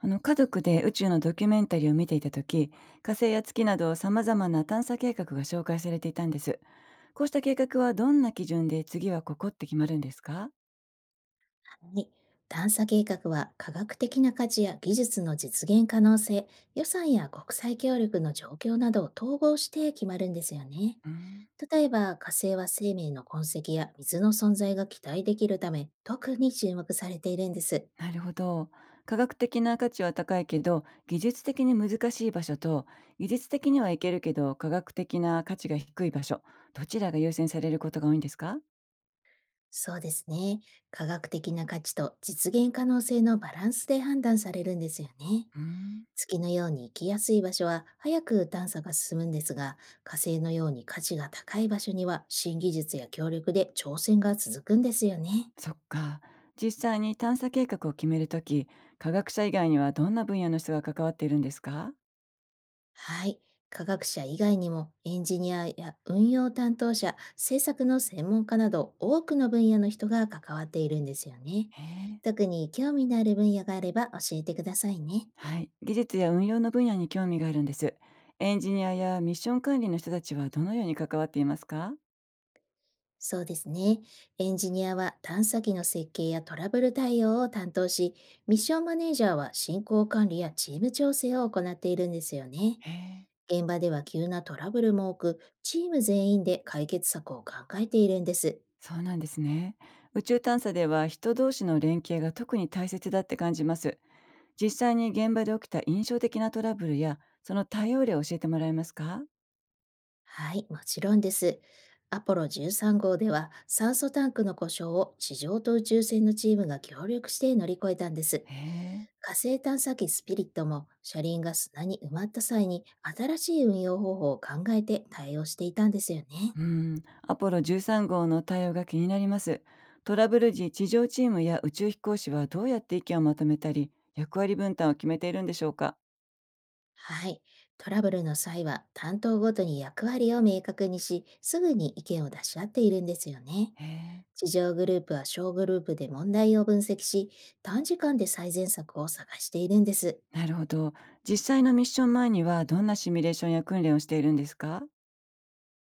家族で宇宙のドキュメンタリーを見ていた時、火星や月などさまざまな探査計画が紹介されていたんです。こうした計画はどんな基準で次はここって決まるんですか？はい。探査計画は科学的な価値や技術の実現可能性、予算や国際協力の状況などを統合して決まるんですよね。うん。例えば火星は生命の痕跡や水の存在が期待できるため特に注目されているんです。なるほど。科学的な価値は高いけど技術的に難しい場所と、技術的にはいけるけど科学的な価値が低い場所、どちらが優先されることが多いんですか？そうですね。科学的な価値と実現可能性のバランスで判断されるんですよね。うん。月のように行きやすい場所は早く探査が進むんですが、火星のように価値が高い場所には新技術や協力で挑戦が続くんですよね。そっか。実際に探査計画を決めるとき、科学者以外にはどんな分野の人が関わっているんですか？はい。科学者以外にもエンジニアや運用担当者、政策の専門家など多くの分野の人が関わっているんですよね。へえ。特に興味のある分野があれば教えてくださいね。はい。技術や運用の分野に興味があるんです。エンジニアやミッション管理の人たちはどのように関わっていますか？そうですね。エンジニアは探査機の設計やトラブル対応を担当し、ミッションマネージャーは進行管理やチーム調整を行っているんですよね。へえ。現場では急なトラブルも多く、チーム全員で解決策を考えているんです。そうなんですね。宇宙探査では人同士の連携が特に大切だって感じます。実際に現場で起きた印象的なトラブルやその対応例を教えてもらえますか？はい、もちろんです。アポロ13号では酸素タンクの故障を地上と宇宙船のチームが協力して乗り越えたんです。へえ。火星探査機スピリットも車輪が砂に埋まった際に新しい運用方法を考えて対応していたんですよね。うん。アポロ13号の対応が気になります。トラブル時、地上チームや宇宙飛行士はどうやって意見をまとめたり、役割分担を決めているんでしょうか？はい。トラブルの際は担当ごとに役割を明確にし、すぐに意見を出し合っているんですよね。へえ。地上グループは小グループで問題を分析し、短時間で最善策を探しているんです。なるほど。実際のミッション前にはどんなシミュレーションや訓練をしているんですか？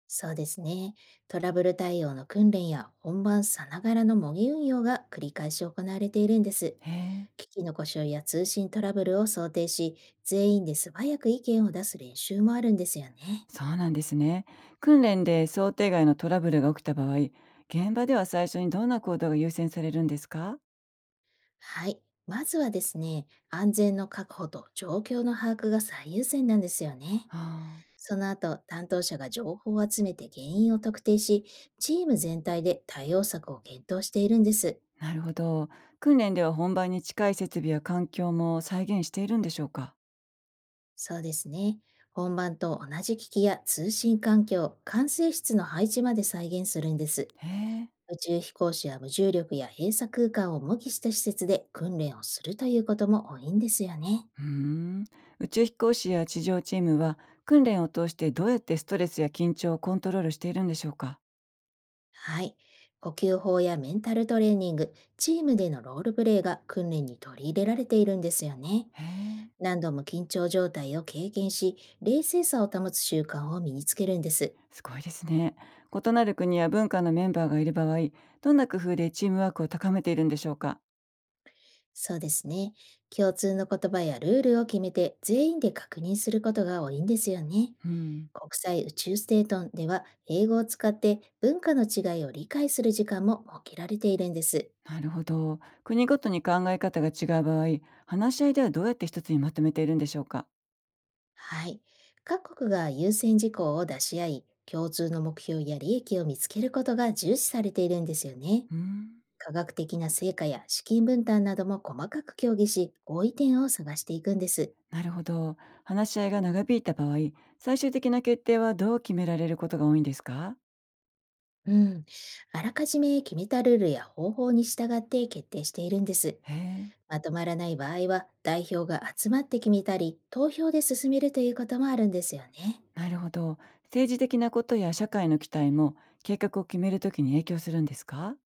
そうですね。トラブル対応の訓練や本番さながらの模擬運用が繰り返し行われているんです。へえ、機器の故障や通信トラブルを想定し、全員で素早く意見を出す練習もあるんですよね。そうなんですね。訓練で想定外のトラブルが起きた場合、現場では最初にどんな行動が優先されるんですか？はい。まずはですね、安全の確保と状況の把握が最優先なんですよね。ああ、その後、担当者が情報を集めて原因を特定し、チーム全体で対応策を検討しているんです。なるほど。訓練では本番に近い設備や環境も再現しているんでしょうか？そうですね。本番と同じ機器や通信環境、管制室の配置まで再現するんです。へえ。宇宙飛行士は無重力や閉鎖空間を模擬した施設で訓練をするということも多いんですよね。うーん。宇宙飛行士や地上チームは、訓練を通してどうやってストレスや緊張をコントロールしているんでしょうか？はい。呼吸法やメンタルトレーニング、チームでのロールプレイが訓練に取り入れられているんですよね。へえ。何度も緊張状態を経験し、冷静さを保つ習慣を身につけるんです。すごいですね。異なる国や文化のメンバーがいる場合、どんな工夫でチームワークを高めているんでしょうか？そうですね。共通の言葉やルールを決めて全員で確認することが多いんですよね。うん。国際宇宙ステーションでは英語を使って文化の違いを理解する時間も設けられているんです。なるほど。国ごとに考え方が違う場合、話し合いではどうやって一つにまとめているんでしょうか？はい。各国が優先事項を出し合い、共通の目標や利益を見つけることが重視されているんですよね。うん。科学的な成果や資金分担なども細かく協議し、合意点を探していくんです。なるほど。話し合いが長引いた場合、最終的な決定はどう決められることが多いんですか？うん。あらかじめ決めたルールや方法に従って決定しているんです。へえ。まとまらない場合は、代表が集まって決めたり、投票で進めるということもあるんですよね。なるほど。政治的なことや社会の期待も計画を決めるときに影響するんですか？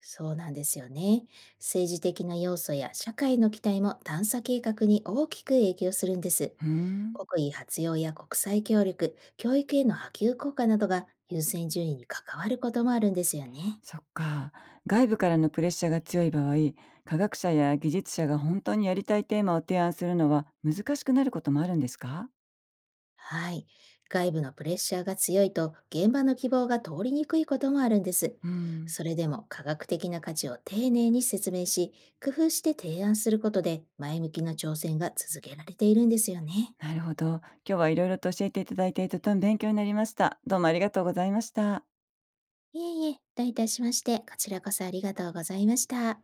そうなんですよね。政治的な要素や社会の期待も探査計画に大きく影響するんです。うーん。国威発揚や国際協力、教育への波及効果などが優先順位に関わることもあるんですよね。そっか。外部からのプレッシャーが強い場合、科学者や技術者が本当にやりたいテーマを提案するのは難しくなることもあるんですか？はい。外部のプレッシャーが強いと現場の希望が通りにくいこともあるんです。うん。それでも科学的な価値を丁寧に説明し、工夫して提案することで前向きな挑戦が続けられているんですよね。なるほど。今日はいろいろと教えていただいてとても勉強になりました。どうもありがとうございました。いえいえ、どういたしまして、こちらこそありがとうございました。